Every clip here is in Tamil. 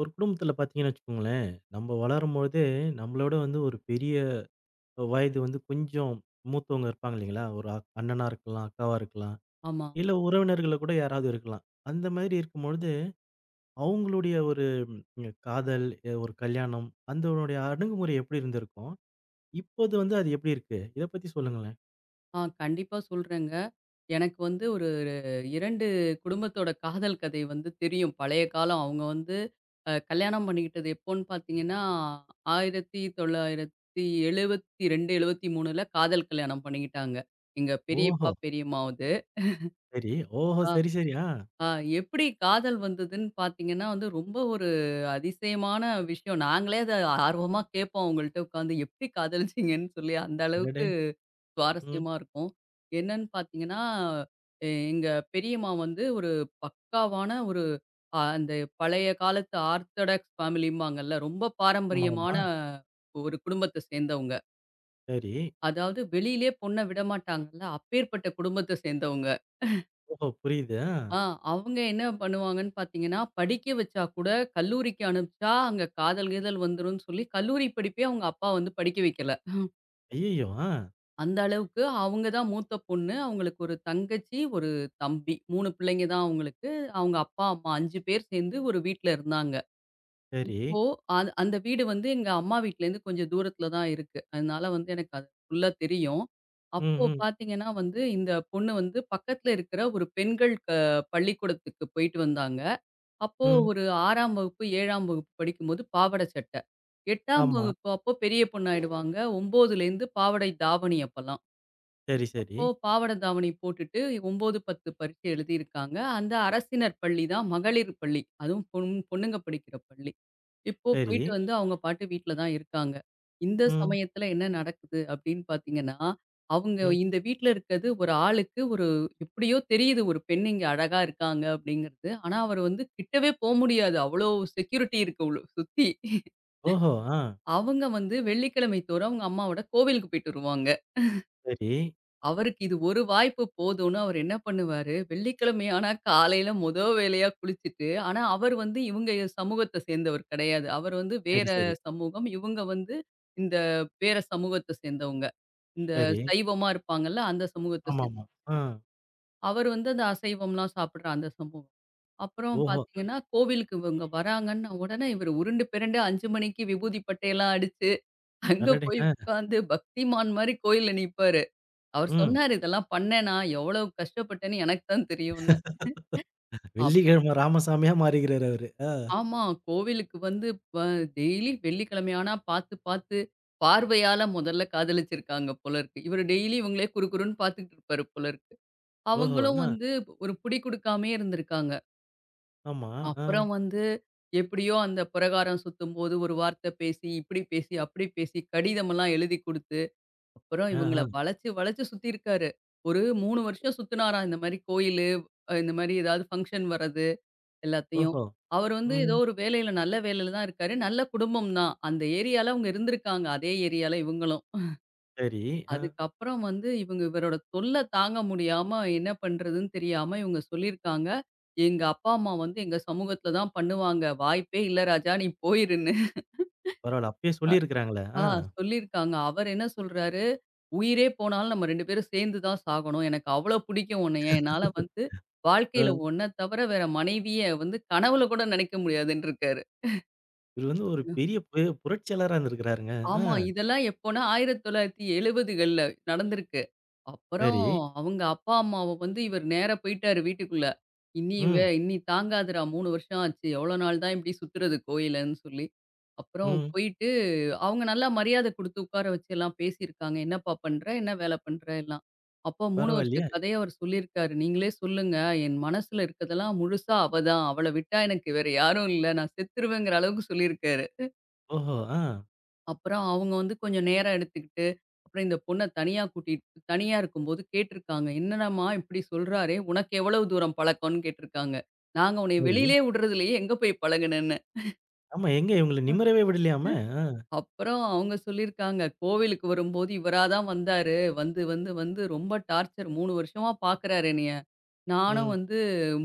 ஒரு குடும்பத்துல பார்த்தீங்கன்னு வச்சுக்கோங்களேன், நம்ம வளரும்பொழுதே நம்மளோட வந்து ஒரு பெரிய வயது வந்து கொஞ்சம் மூத்தவங்க இருப்பாங்க இல்லைங்களா? ஒரு அண்ணனா இருக்கலாம், அக்காவா இருக்கலாம், ஆமா. இல்ல உறவினர்கள கூட யாராவது இருக்கலாம். அந்த மாதிரி இருக்கும்பொழுது, அவங்களுடைய ஒரு இங்க காதல், ஒரு கல்யாணம் அதனுடைய அணுகுமுறை எப்படி இருந்திருக்கும்? இப்போது வந்து அது எப்படி இருக்கு? இத பத்தி சொல்லுங்களேன். கண்டிப்பா சொல்றேங்க. எனக்கு வந்து ஒரு 2 குடும்பத்தோட காதல் கதை வந்து தெரியும். பழைய காலம். அவங்க வந்து கல்யாணம் பண்ணிக்கிட்டது எப்போன்னு பார்த்தீங்கன்னா, 1972, 73ல காதல் கல்யாணம் பண்ணிக்கிட்டாங்க. எங்க ஓஹோ! பெரியப்பா, பெரியம்மாவது. சரி. ஓஹோ! ஆ சரி, சரி. ஆ. ஆ எப்படி காதல் வந்ததுன்னு பார்த்தீங்கன்னா வந்து, ரொம்ப ஒரு அதிசயமான விஷயம். நாங்களே அத ஆர்வமா கேட்போம் அவங்கள்ட்ட உட்காந்து. எப்படி காதலிச்சீங்கன்னு சொல்லி அந்த அடடே! அளவுக்கு ம். சுவாரஸ்யமா இருக்கும். என்னன்னு பார்த்தீங்கன்னா, எங்க பெரியம்மா வந்து ஒரு பக்காவான ஒரு அந்த பழைய காலத்து ஆர்த்தடாக்ஸ் ஃபேமிலிம்பாங்கல்ல. ரொம்ப ஆமா, பாரம்பரியமான ஆமா. ஒரு குடும்பத்த சேர்ந்தவங்க. சரி. அதாவது வெளியிலே பொண்ண விடமாட்டாங்கல்ல. அப்பேர்ப்பட்ட குடும்பத்த சேர்ந்தவங்க. ஓஹோ! புரியுது. ஐயோ ஆ. ஆ அவங்க என்ன பண்ணுவாங்கன்னு பார்த்தீங்கன்னா, படிக்க வச்சா கூட கல்லூரிக்கு அனுப்பிச்சா, அங்க காதல் கீதல் வந்துரும்ன்னு சொல்லி கல்லூரி படிப்பே அவங்க அப்பா வந்து படிக்க வைக்கல. ஐயய்யோ! ஆ. அந்த அளவுக்கு அவங்க தான் மூத்த பொண்ணு. அவங்களுக்கு ஒரு தங்கச்சி, ஒரு தம்பி. 3 பிள்ளைங்க தான் அவங்களுக்கு. அவங்க அப்பா, அம்மா 5 பேர் சேர்ந்து ஒரு வீட்ல இருந்தாங்க. சரி. இப்போ அது அந்த வீடு வந்து எங்க அம்மா வீட்லேருந்து கொஞ்சம் தூரத்தில தான் இருக்கு. அதனால வந்து எனக்கு அது ஃபுல்லா தெரியும். ம், அப்போ ம், பார்த்தீங்கன்னா வந்து, இந்த பொண்ணு வந்து பக்கத்தில இருக்கிற ஒரு பெண்கள் பள்ளிக்கூடத்துக்கு போயிட்டு வந்தாங்க. அப்போ ம். ஒரு 6ஆம் வகுப்பு, 7ஆம் வகுப்பு படிக்கும்போது பாவாடை சட்டை. 8ஆம் ஆமா. வகுப்பு அப்போ பெரிய பொண்ணாயிடுவாங்க. 9லேருந்து பாவாடை தாவணி அப்பலாம். சரி, சரி, ஓ! பாவாட தாவணி போட்டுட்டு 9, 10 பரீட்சை எழுதியிருக்காங்க. அந்த அரசினர் பள்ளி தான் மகளிர் பள்ளி. அதுவும் பொண்ணுங்க படிக்கிற பள்ளி. இப்போ சரி. போயிட்டு வந்து அவங்க பாட்டு வீட்ல தான் இருக்காங்க. இந்த ம், சமயத்துல என்ன நடக்குது அப்படின்னு பார்த்தீங்கன்னா, அவங்க ம். இந்த வீட்ல இருக்கிறது ஒரு ஆளுக்கு ஒரு எப்படியோ தெரியுது ஒரு பெண் இங்க அழகா இருக்காங்க அப்படிங்கிறது. ஆனா அவர் வந்து கிட்டவே போ முடியாது. அவ்வளோ செக்யூரிட்டி இருக்கு உள்ள சுத்தி. ஓஹோ! ஆ. அவங்க வந்து வெள்ளிக்கிழமை தோறும் அவங்க அம்மாவோட கோவிலுக்கு போயிட்டு வருவாங்க. சரி, அவருக்கு இது ஒரு வாய்ப்பு போதும்னு அவர் என்ன பண்ணுவாரு, வெள்ளிக்கிழமை ஆனா காலையில மொத வேலையா குளிச்சுட்டு, ஆனா அவர் வந்து இவங்க சமூகத்த சேர்ந்தவர் கிடையாது. அவர் வந்து சரி, வேற சரி, சமூகம். இவங்க வந்து இந்த வேற சமூகத்த சேர்ந்தவங்க. இந்த சரி. சைவமா இருப்பாங்கல்ல, அந்த சமூகத்த ஆமாமா. சேர்ந்தவங்க. ஆ. அவர் வந்து அந்த அசைவம்லாம் சாப்பிடுற அந்த சமூகம். அப்புறம் ஓஹோ! பார்த்தீங்கன்னா, கோவிலுக்கு இவங்க வராங்கன்ன உடனே இவர் உருண்டு பிரண்டு 5 மணிக்கு விபூதி பட்டையெல்லாம் அடிச்சு, அங்க அடடே! போய் ஆ. உட்காந்து பக்திமான் மாரி கோயில்ல நிப்பாரு. அவர் ம். சொன்னாரு, "இதெல்லாம் பண்ணேனா, எவ்வளவு கஷ்டப்பட்டேன்னு எனக்கு தான் தெரியும்ன்னு." அப் வெள்ளிக்கிழமை ராமசாமியா மாறிக்கிறாரு அவரு. ஆ. ஆமா. கோவிலுக்கு வந்து ப டெய்லி வெள்ளிக்கிழமை ஆனா பார்த்து, பார்த்து பார்வையால முதல்ல காதலிச்சிருக்காங்க போல இருக்கு. இவரு டெய்லி இவங்களே குறுகுறுன்னு பார்த்துட்டு இருப்பாரு போல இருக்கு. ஓஹோ! அவங்களும் ஆ. வந்து ஒரு பிடி குடுக்காமயே இருந்திருக்காங்க. ஆமா. ஆ. அப்புறம் வந்து எப்படியோ அந்த பிரகாரம் சுத்தும்போது ஒரு வார்த்தை பேசி, இப்படி பேசி, அப்படி பேசி கடிதமெல்லாம் எழுதி குடுத்து அப்புறம் இவங்கள ஆஹா. வளச்சு, வளச்சு சுத்தியிருக்காரு. ஒரு 3 வருஷம் சுத்துனாராம். இந்த மாரி கோயிலு, இந்த மாரி ஏதாவது ஃபங்ஷன் வர்றது எல்லாத்தையும். ஓஹோ! அவரு வந்து ம். ஏதோ ஒரு வேலையில நல்ல வேலையில தான் இருக்காரு. நல்ல குடும்பம் தான். அந்த ஏரியால அவங்க இருந்திருக்காங்க. அதே ஏரியால இவங்களும். சரி. ஆ. அதுக்கப்புறம் வந்து இவங்க இவரோட தொல்ல தாங்க முடியாம என்ன பண்றதுன்னு தெரியாம இவங்க சொல்லியிருக்காங்க. எங்க அப்பா, அம்மா வந்து எங்க சமூகத்தில தான் பண்ணுவாங்க. வாய்ப்பே இல்ல ராஜா! நீ போயிருன்னு. பரவால்ல. அப்பயே சொல்லியிருக்கிறாங்களே. ஆ ஆ. சொல்லியிருக்காங்க. அவரு என்ன சொல்றாரு, "உயிரே போனாலும் நம்ம 2 பேரும் சேர்ந்து தான் சாகணும். எனக்கு அவ்ளோ பிடிக்கும் உன்னைய. என்னால வந்து வாழ்க்கையில அ உன்ன தவிர வேற மனைவிய வந்து கனவுல கூட நினைக்க முடியாதுன்ருக்காரு." இவரு வந்து ஒரு பெரிய புரட்சியாளரா இருந்திருக்கிறாருங்க. ஆ. ஆமா. இதெல்லாம் எப்போன்னா 1970கள்ல நடந்திருக்கு. அப்புறம் சரி. அவங்க அப்பா, அம்மாவ வந்து இவர் நேரா போயிட்டாரு வீட்டுக்குள்ள. ம், இனி தாங்காதுடா 3 வருஷம் ஆச்சு. எவ்வளோ நாள் தான் இப்படி சுத்துறது கோயிலன்னு" சொல்லி. அப்புறம் ம். போயிட்டு அவங்க நல்லா மரியாதை குடுத்து உட்கார வச்சு எல்லாம் பேசியிருக்காங்க. "என்னப்பா பண்ற? என்ன வேலை பண்ற?" எல்லாம். அப்போ 3 வருஷ பரவாயில்லையே! கதைய அவர் சொல்லியிருக்காரு. "நீங்களே சொல்லுங்க. என் மனசுல இருக்கதெல்லாம் முழுசா அவ தான். அவள விட்டா எனக்கு வேற யாரும் இல்ல. நான் செத்துருவேங்கிற" அளவுக்கு சொல்லியிருக்காரு. ஓஹோ! ஆ. அப்புறம் அவங்க வந்து கொஞ்சம் நேரம் எடுத்துக்கிட்டு, அப்புறம் இந்த பொண்ண தனியா தனியா இருக்கும்போது கேட்டுருக்காங்க. "என்னடாம்மா இப்படி சொல்றாரே, உனக்கு எவ்வளவு தூரம் பழக்கம்ன்னு?" கேட்டுருக்காங்க. "நாங்க உன்னைய சரி. வெளியிலயே விடுறதில்லயே, எங்க போய் பழகுனன்னு?" ஆமா. எங்க இவங்கள நிமிரவே விடலையாமே! ஆ. அப்புறம் அவங்க சொல்லியிருக்காங்க, "கோவிலுக்கு வரும்போது இவரா தான் வந்தாரு. வந்து வந்து வந்து ரொம்ப டார்ச்சர் 3 வருஷமா பார்க்குறாரு என்னைய. நானும் ம், வந்து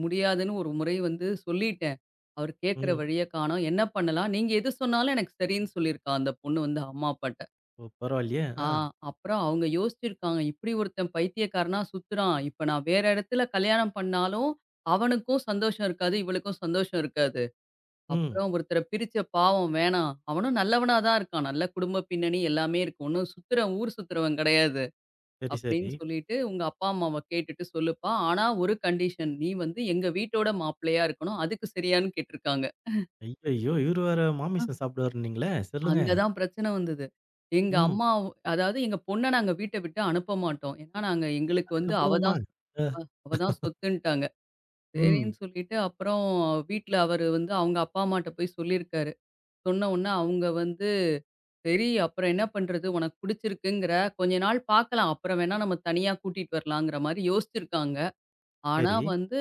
முடியாதுன்னு ஒரு முறை வந்து சொல்லிட்டேன். அவர் கேட்குற ம். வழிய காணோம். என்ன பண்ணலாம்? நீங்க எது சொன்னாலும் எனக்கு சரின்னு" சொல்லியிருக்கா அந்த பொண்ணு வந்து அம்மா, அப்பாட்ட. ஓ! பரவாயில்லையே! ஆ ஆ. அப்புறம் அவங்க யோசிச்சிருக்காங்க. இப்படி ஒருத்தன் பைத்தியக்காரனா சுத்துறான். இப்ப நான் வேற இடத்துல கல்யாணம் பண்ணாலும், அவனுக்கும் சந்தோஷம் இருக்காது. இவளுக்கும் சந்தோஷம் இருக்காது. ம். அப்புறம் ஒருத்தர பிரிச்ச பாவம் வேணாம். அவனும் நல்லவனா தான் இருக்கான். நல்ல குடும்ப பின்னணி எல்லாமே இருக்கு. ஒண்ணும் சுத்துறவன் ஊர் சுத்துறவன் கிடையாது. சரி, சரி. அப்படின்னு சொல்லிட்டு உங்க அப்பா அம்மாவ கேட்டுட்டு சொல்லுப்பா. ஆனா ஒரு கண்டிஷன். நீ வந்து எங்க வீட்டோட மாப்பிள்ளையா இருக்கணும். அதுக்கு சரியான்னு கேட்டிருக்காங்க. ஐயய்யோ! இவரு வேற மாமிசம் சாப்பிடுவாருன்னீங்களே! சொல்லுங்க. அங்க தான் பிரச்சனை வந்தது. எங்க ம். அம்மா அதாவது எங்க பொண்ண நாங்க வீட்ட விட்டு அனுப்ப மாட்டோம். ஏன்னா, நாங்க எங்களுக்கு வந்து அதுக்கப்புறமா? அ, அவ தான் சொத்துன்ட்டாங்க. ம். சரின்னு சொல்லிட்டு அப்புறம் வீட்ல அவரு வந்து அவங்க அப்பா அம்மாட்ட போய் சொல்லியிருக்காரு. சொன்ன உடனே அவங்க வந்து, "சரி அப்புறம் என்ன பண்றது? உனக்கு புடிச்சிருக்குங்கிற, கொஞ்ச நாள் பார்க்கலாம். அப்புறம் வேணா நம்ம தனியா கூட்டிட்டு வரலாங்கிற" மாரி யோசிச்சிருக்காங்க. ஆனா சரி. வந்து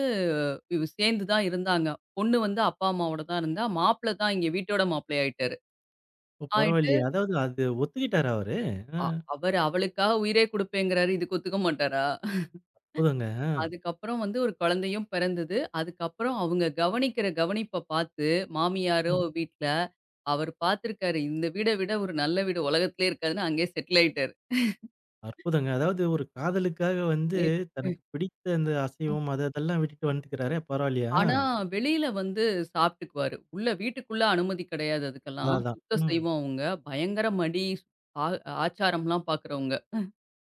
இவ சேர்ந்து தான் இருந்தாங்க. பொண்ணு வந்து அப்பா அம்மாவோட தான் இருந்தா. மாப்பிள தான் இங்க வீட்டோட மாப்பிளை ஆயிட்டாரு. ஓ! ஆயிட்டு பரவாயில்லையே! அதாவது அது ஒத்துக்கிட்டாரா அவரு? அ, அ அவரு அவளுக்காக உயிரே குடுப்பேங்கிறாரு. இதுக்கு ஒத்துக்க மாட்டாரா? அற்புதங்க. அதுக்கப்புறம் வந்து ஒரு குழந்தையும் பிறந்தது. அதுக்கப்புறம் அவங்க கவனிக்கிற கவனிப்ப பார்த்து, மாமியாரோ ம். வீட்ல, அவரு பார்த்துருக்காரு. இந்த வீட விட ஒரு நல்ல வீடு உலகத்திலே இருக்காதுன்னு அங்கேயே செட்டில் ஆயிட்டாரு. அற்புதங்க. அதாவது ஒரு காதலுக்காக வந்து எ- எ- தனக்கு பிடித்த அந்த அசைவம் அது அதெல்லாம் விட்டுட்டு வந்துட்டுருக்காரே! பரவாயில்லையா? ஆனா, வெளியில வந்து சாப்பிட்டுக்குவாரு. உள்ள வீட்டுக்குள்ள அனுமதி கிடையாது அதான், அதுக்கெல்லாம். அதான். சுத்தம் ம். செய்வோம் அவங்க. பயங்கர மடி, ஆ ஆச்சாரம்லாம் பார்க்குறவங்க.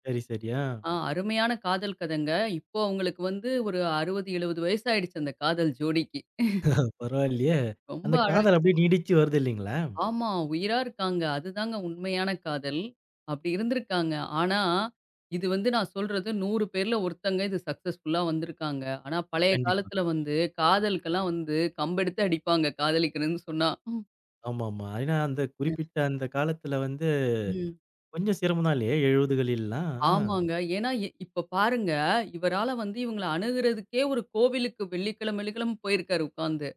சரி, சரி. ஆ. அருமையான காதல் கதைங்க. இப்போ அவங்களுக்கு வந்து ஒரு 60, 70 வயசாயிடுச்சு அந்த காதல் ஜோடிக்கு. பரவாயில்லையே! ரொம்ப அந்த அழகா காதல் அப்படியே நீடிச்சு வருது இல்லீங்களா? ஆமா. உயிரா இருக்காங்க. அதுதாங்க உண்மையான காதல். அப்படி இருந்திருக்காங்க. ஆனா, இது வந்து நான் சொல்றது 100 பேர்ல ஒருத்தங்க இது சக்சஸ்ஃபுல்லா வந்திருக்காங்க. ஆனா, பழைய கண்டிப்பா. காலத்துல வந்து காதலுக்கெல்லாம் வந்து கம்பெடுத்து அடிப்பாங்க காதலிக்கிறேன்னு சொன்னா. ஆமாமா. ஏன்னா அந்த குறிப்பிட்ட அந்த காலத்துல வந்து ம். கொஞ்சம் சிரமம் தான் இல்லையா? 70களில்லாம். ஆ. ஆமாங்க. ஏன்னா, இப்ப பாருங்க, இவரால வந்து இவங்கள அணுகுறதுக்கே ஒரு கோவிலுக்கு வெள்ளிக்கிழம, வெள்ளிக்கிழம போயிருக்காரு உட்கார்ந்து.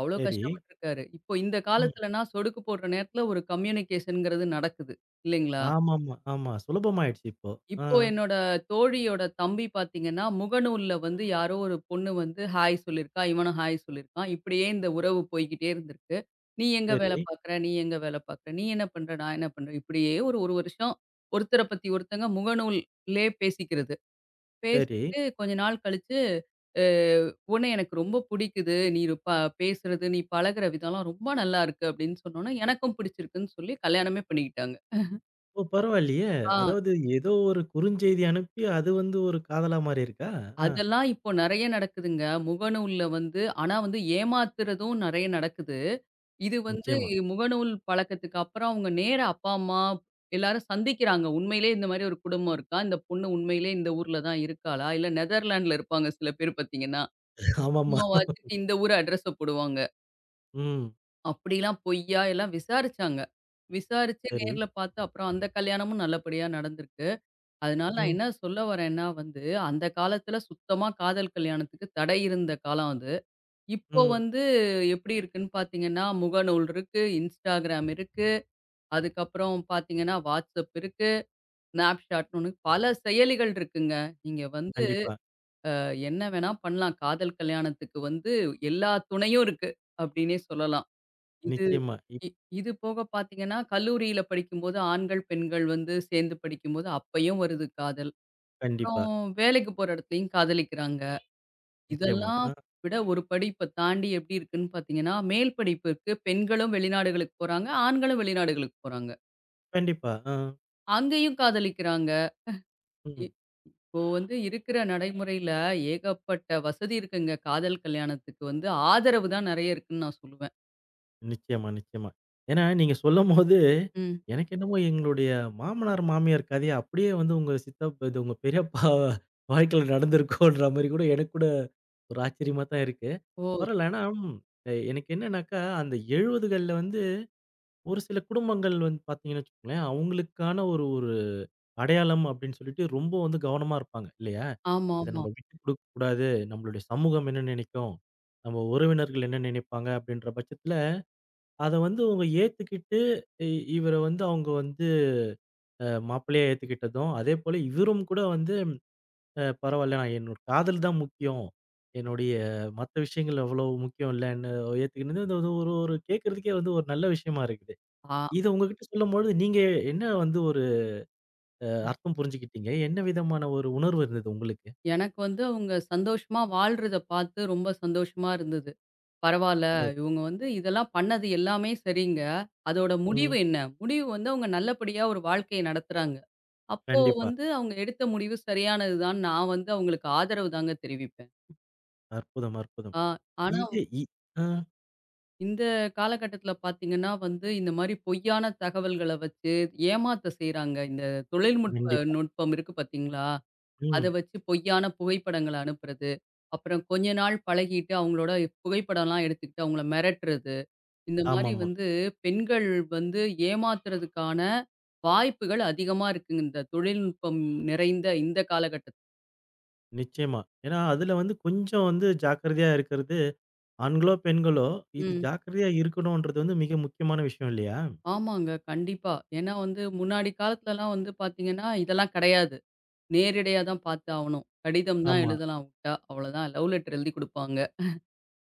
அவ்வளோ சரி. கஷ்டப்பட்டுருக்காரு. இப்போ இந்த ம். காலத்துலனா, சொடுக்கு போடுற நேரத்துல ஒரு கம்யூனிகேஷன்ங்கிறது நடக்குது. இல்லைங்களா? ஆமாமா, ஆமா. சுலபமாயிடுச்சு இப்போ. ஆ. இப்போ என்னோட தோழியோட தம்பி பார்த்தீங்கன்னா, முகநூல்ல வந்து யாரோ ஒரு பொண்ணு வந்து ஹாய் சொல்லியிருக்கா, இவனும் ஹாய் சொல்லியிருக்கான். இப்படியே இந்த உறவு போய்க்கிட்டே இருந்திருக்கு. "நீ எங்க வேலை சரி, பார்க்குற? நீ எங்க வேலை பார்க்குற? நீ என்ன பண்ற? நான் என்ன பண்றேன்?" இப்படியே ஒரு 1 வருஷம் ஒருத்தர பத்தி ஒருத்தங்க முகநூல்லே பேசிக்கிறது. சரி. பேசிட்டு கொஞ்ச நாள் கழிச்சு, "அ உன்னை எனக்கு ரொம்ப புடிக்குது. நீ ப பேசுறது, நீ பழகுற விதம்லாம் ரொம்ப நல்லா இருக்கு" அப்படின்னு சொன்னோனே, எனக்கும் பிடிச்சிருக்குன்னு சொல்லி கல்யாணமே பண்ணிக்கிட்டாங்க. ஓ! பரவாயில்லையே! ஆ. அதாவது ஏதோ ஒரு குறுஞ்செய்தி அனுப்பி, அது வந்து ஒரு காதலா மாறியிருக்கா? ஆ. அதெல்லாம் இப்போ நெறைய நடக்குதுங்க. முகநூல்ல வந்து ஆனா வந்து ஏமாத்துறதும் நெறைய நடக்குது. இது வந்து நிச்சயமா. முகநூல் பழக்கத்துக்கு அப்புறம் அவங்க நேரா அப்பா, அம்மா எல்லாரும் சந்திக்கிறாங்க. உண்மையிலேயே இந்த மாரி ஒரு குடும்பம் இருக்கா? இந்த பொண்ணு உண்மையிலேயே இந்த ஊர்ல தான் இருக்காளா? இல்ல நெதர்லாண்ட்ல இருப்பாங்க சில பேர் பார்த்தீங்கன்னா. ஆமாமா. சும்மாவாச்சுக்கு இந்த ஊர் அட்ரஸ போடுவாங்க. ம். அப்படிலாம் பொய்யா எல்லாம் விசாரிச்சாங்க. விசாரிச்சு சரி. நேர்ல பார்த்து அப்புறம் அந்த கல்யாணமும் நல்லபடியா நடந்திருக்கு. அதனால நான் ம், என்ன சொல்ல வரேன்னா வந்து, அந்த காலத்துல சுத்தமா காதல் கல்யாணத்துக்கு தடை இருந்த காலம் அது. இப்போ ம். வந்து எப்படி இருக்குன்னு பார்த்தீங்கன்னா, முகநூல் இருக்கு, Instagram இருக்கு, அதுக்கப்புறம் பார்த்தீங்கன்னா WhatsApp இருக்கு, Snapchatன்னு ஒண்ணு பல செயலிகள் இருக்குங்க. நீங்க வந்து கண்டிப்பா. என்ன வேணா பண்ணலாம். காதல் கல்யாணத்துக்கு வந்து எல்லா துணையும் இருக்கு அப்படின்னே சொல்லலாம். இது நிச்சயமா. இ இது போக பார்த்தீங்கன்னா, கல்லூரியில படிக்கும்போது ஆண்கள், பெண்கள் வந்து சேர்ந்து படிக்கும்போது அப்பயும் வருது காதல். அப்புறம் கண்டிப்பா. வேலைக்கு போற இடத்துலயும் காதலிக்கிறாங்க. நிச்சயமா. இதெல்லாம் ஆ. விட ஒரு படி இப்ப தாண்டி எப்படி இருக்குன்னு பார்த்தீங்கன்னா, மேல் படிப்புக்கு பெண்களும் வெளிநாடுகளுக்கு போறாங்க. ஆண்களும் வெளிநாடுகளுக்கு போறாங்க. கண்டிப்பா. ஆ. அங்கேயும் காதலிக்கிறாங்க. ம். இப்போ வந்து இருக்கிற நடைமுறையில ஏகப்பட்ட வசதி இருக்குங்க. காதல் கல்யாணத்துக்கு வந்து ஆதரவு தான் நெறைய இருக்குன்னு நான் சொல்லுவேன். நிச்சயமா, நிச்சயமா. ஏன்னா நீங்க சொல்லும்போது, ம். எனக்கு என்னமோ எங்களுடைய மாமனார், மாமியார் கதைய அப்படியே வந்து உங்க இது உங்க பெரியப்பா வாழ்க்கையில நடந்திருக்கோன்ற மாரி கூட எனக்கு கூட ஒரு ஆச்சரியமா தான் இருக்கு. ஓ! பரவால்ல. ஆனா எனக்கு என்னன்னாக்கா, அந்த 70கள்ல வந்து ஒரு சில குடும்பங்கள் வந்து பார்த்தீங்கன்னு வச்சுக்கோங்களேன், அவங்களுக்கான ஒரு ஒரு அடையாளம் அப்படின்னு சொல்லிட்டு ரொம்ப வந்து கவனமா இருப்பாங்க இல்லையா? இத ஆமாமா. நம்ம விட்டு குடுக்கக் கூடாது. நம்மளுடைய சமூகம் என்ன நினைக்கும்? நம்ம உறவினர்கள் என்ன நினைப்பாங்க? அப்படின்ற பட்சத்துல அத வந்து அவங்க ஏத்துக்கிட்டு, இ இவர வந்து அவங்க வந்து மாப்பிள்ளையா ஏத்துக்கிட்டதும், அதேபோல இவரும் கூட வந்து பரவால்ல. நான் என்னோட காதல் தான் முக்கியம். என்னுடைய மத்த விஷயங்கள் அவ்வளவு முக்கியம் இல்லன்னு ஏத்துக்கினது இந்த ஒரு ஒரு ஒரு கேட்கறதுக்கே வந்து ஒரு நல்ல விஷயமா இருக்குது. ஆ இத உங்ககிட்ட சொல்லும்பொழுது நீங்க என்ன வந்து ஒரு அர்த்தம் புரிஞ்சுக்கிட்டீங்க? என்ன விதமான ஒரு உணர்வு இருந்தது உங்களுக்கு? எனக்கு வந்து அவங்க சந்தோஷமா வாழ்றத பார்த்து ரொம்ப சந்தோஷமா இருந்தது. பரவால்ல. சரி. இவுங்க வந்து இதெல்லாம் பண்ணது எல்லாமே சரிங்க. அதோட ம். முடிவு என்ன? முடிவு வந்து அவுங்க நல்லபடியா ஒரு வாழ்க்கைய நடத்துறாங்க. அப்போ கண்டிப்பா. வந்து அவுங்க எடுத்த முடிவு சரியானது தான். நான் வந்து அவுங்களுக்கு ஆதரவு தாங்க தெரிவிப்பேன். அற்புதம், அற்புதம். ஆ ஆனா இது ஆ இந்த காலகட்டத்தில பார்த்தீங்கன்னா வந்து, இந்த மாரி பொய்யான தகவல்கள வச்சு ஏமாத்த செய்றாங்க. இந்த கண்டிப்பா. நுட்பம் இருக்கு பார்த்தீங்களா? அத ம். வச்சு பொய்யான புகைப்படங்கள அனுப்புறது. அப்புறம் கொஞ்ச நாள் பழகிட்டு அவுங்களோட புகைப்படம்லாம் எடுத்துக்கிட்டு அவுங்கள மிரட்டுறது. இந்த மாரி ஆமாமா. வந்து பெண்கள் வந்து ஏமாத்துறதுக்கான வாய்ப்புகள் அதிகமா இருக்குங்க. இந்த தொழில்நுட்பம் நிறைந்த இந்த காலகட்டத்துல. நிச்சயமா. ஏன்னா, அதுல வந்து கொஞ்சம் வந்து ஜாக்கிரதையா இருக்கிறது ஆண்களோ, பெண்களோ இது ம். ஜாக்கிரதையா இருக்கணும்ன்றது வந்து மிக முக்கியமான விஷயம் இல்லையா? ஆமாங்க. கண்டிப்பா. ஏன்னா வந்து முன்னாடி காலத்துலலாம் வந்து பார்த்தீங்கன்னா, இதெல்லாம் கிடையாது. நேரிடையா தான் பார்த்து ஆவணும். கடிதம் தான் ஆமா. எழுதலாம் உட்டா. அவ்வளோதான். லவ் லெட்டர் எழுதி குடுப்பாங்க.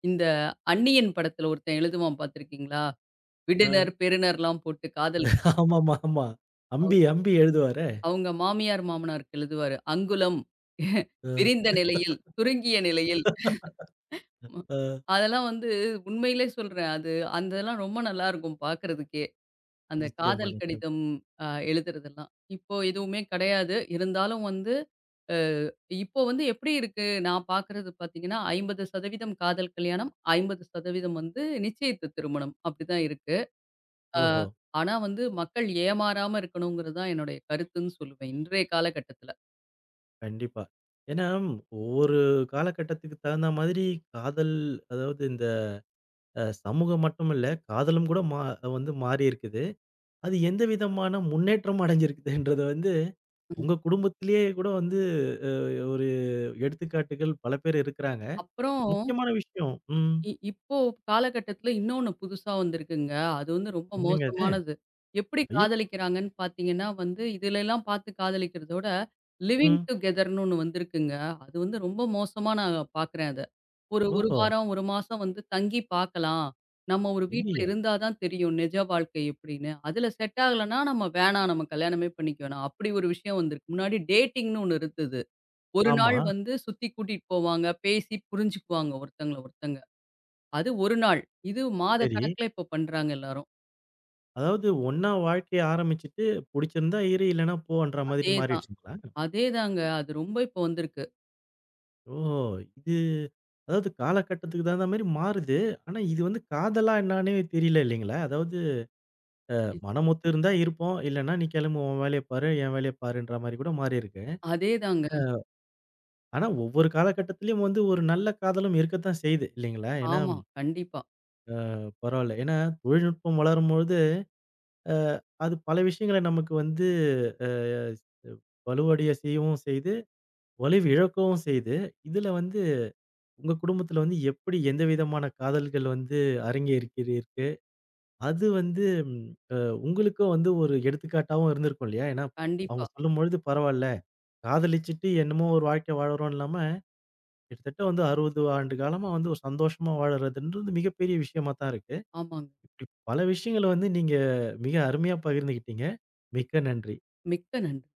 இந்த அந்நியன் படத்துல ஒருத்தன் எழுதுவான் பார்த்துருக்கீங்களா? ஆ. விடுனர், பெறுனர்லாம் போட்டு காதல் ஆமாமா, ஆமா. அவ் அம்பி, அம்பி எழுதுவாரே! அவங்க மாமியார், மாமனாருக்கு எழுதுவாரு. அங்குலம் அ, விரிந்த நிலையில், சுருங்கிய நிலையில். ம். அ அதெல்லாம் வந்து உண்மையிலே சொல்றேன். அது அந்த இதெல்லாம் ரொம்ப நல்லாருக்கும் பார்க்கறதுக்கே. அந்த ஓ. நிச்சயமா, காதல் நிச்சயம். கடிதம் எழுதுறதெல்லாம். இப்போ எதுவுமே கிடையாது. இருந்தாலும் வந்து அ இப்போ வந்து எப்படி இருக்கு? நான் பார்க்கறது பார்த்தீங்கன்னா, 50% காதல் கல்யாணம், 50% வந்து நிச்சயித்த திருமணம். அப்படிதான் இருக்கு. அ ஓஹோ! ஆனா வந்து மக்கள் ஏமாறாம இருக்கணுங்கிறது தான் என்னுடைய கருத்துன்னு சொல்லுவேன். இன்றைய காலகட்டத்தில. கண்டிப்பா. ஏன்னா, ஒவ்வொரு காலகட்டத்துக்கு தகுந்த மாதிரி காதல் அதாவது இந்த சமூகம் மட்டும் இல்ல, காதலும் கூட வந்து மாறியிருக்குது. அது எந்த விதமான முன்னேற்றம் அடைஞ்சிருக்குதுன்றத வந்து, ம். உங்க குடும்பத்திலேயே கூட வந்து அ ஒரு எடுத்துக்காட்டுகள் பல பேர் இருக்கிறாங்க. அப்புறம் முக்கியமான விஷயம். ம். இப்போ காலகட்டத்தில இன்னொன்னு புதுசா வந்திருக்குங்க. அது வந்து ரொம்ப என்னங்க அது? மோசமானது. எப்படி ஐய! காதலிக்கிறாங்கன்னு பார்த்தீங்கன்னா வந்து, இதுலலாம் பார்த்து காதலிக்கிறத விட, லிவிங் ம். டுகெதர்ன்னு ஒண்ணு வந்திருக்குங்க. அது வந்து ரொம்ப மோசமா நான் பார்க்குறேன் அத. ஒரு 1 ஓஹோ! வாரம், 1 மாசம் வந்து தங்கி பார்க்கலாம். நம்ம ஒரு வீட்ல ஐய்யயோ! இருந்தா தான் தெரியும் நிஜ வாழ்க்கை எப்படின்னு. அதுல செட் ஆகலன்னா நம்ம வேணாம் நம்ம கல்யாணமே பண்ணிக்க வேணாம். அப்படி ஒரு விஷயம் வந்திருக்கு. முன்னாடி டேட்டிங்ன்னு ஒண்ணு இருந்தது. ஒரு ஆமா. நாள் வந்து சுத்தி கூட்டிட்டு போவாங்க, பேசி புரிஞ்சுக்குவாங்க ஒருத்தங்கள ஒருத்தங்க. அது 1 நாள். இது மாத சரி. கணக்குல இப்போ பண்றாங்க எல்லாரும். அதாவது ஒண்ணா வாழ்க்கைய ஆரம்பிச்சுட்டு, புடிச்சிருந்தா இரு, இல்லன்னா போன்ற மாதிரி அதேதான், மாறிடுச்சுங்களா? அதேதாங்க. அது ரொம்ப இப்போ வந்திருக்கு. ஓஹோ! இது அதாவது காலகட்டத்துக்கு தகுந்த மாரி மாறுது. ஆனா இது வந்து காதலா என்னான்னே தெரியல இல்லைங்களா? அதாவது மனம் ஒத்து இருந்தா இருப்போம். இல்லன்னா நீ கிளம்பு உன் வேலைய பாரு, என் வேலைய பாருன்ற மாரி கூட மாறியிருக்கு. அதேதாங்க. ஆனா ஒவ்வொரு காலகட்டத்திலயும் வந்து ஒரு நல்ல காதலும் இருக்கத்தான் செய்யுது இல்லைங்களா? ஏன்னா ஆமா. கண்டிப்பா, பரவால்ல. ஏன்னா தொழில்நுட்பம் வளரும்பொழுது அ அது பல விஷயங்கள நமக்கு வந்து அ வலுவடைய செய்யவும் செய்யுது, வலுவிழக்கவும் செய்யுது. இதுல வந்து உங்க குடும்பத்துல வந்து எப்படி எந்த விதமான காதல்கள் வந்து அரங்கேறிக்கிருக்கு? அது வந்து ம் அ உங்களுக்கும் வந்து ஒரு எடுத்துக்காட்டாவும் இருந்திருக்கும் இல்லையா? ஏன்னா, அவங்க கண்டிப்பா. சொல்லும்பொழுது பரவால்ல. காதலிச்சுட்டு என்னமோ ஒரு வாழ்க்கை வாழுறோம் இல்லாம, கிட்டத்தட்ட வந்து 60 ஆண்டு காலமா வந்து ஒரு சந்தோஷமா வாழறதுன்றது மிகப்பெரிய விஷயமா தான் இருக்கு. ஆமாங்க. இப்படி பல விஷயங்கள வந்து நீங்க மிக அருமையா பகிர்ந்துகிட்டீங்க. மிக்க நன்றி. மிக்க நன்றி.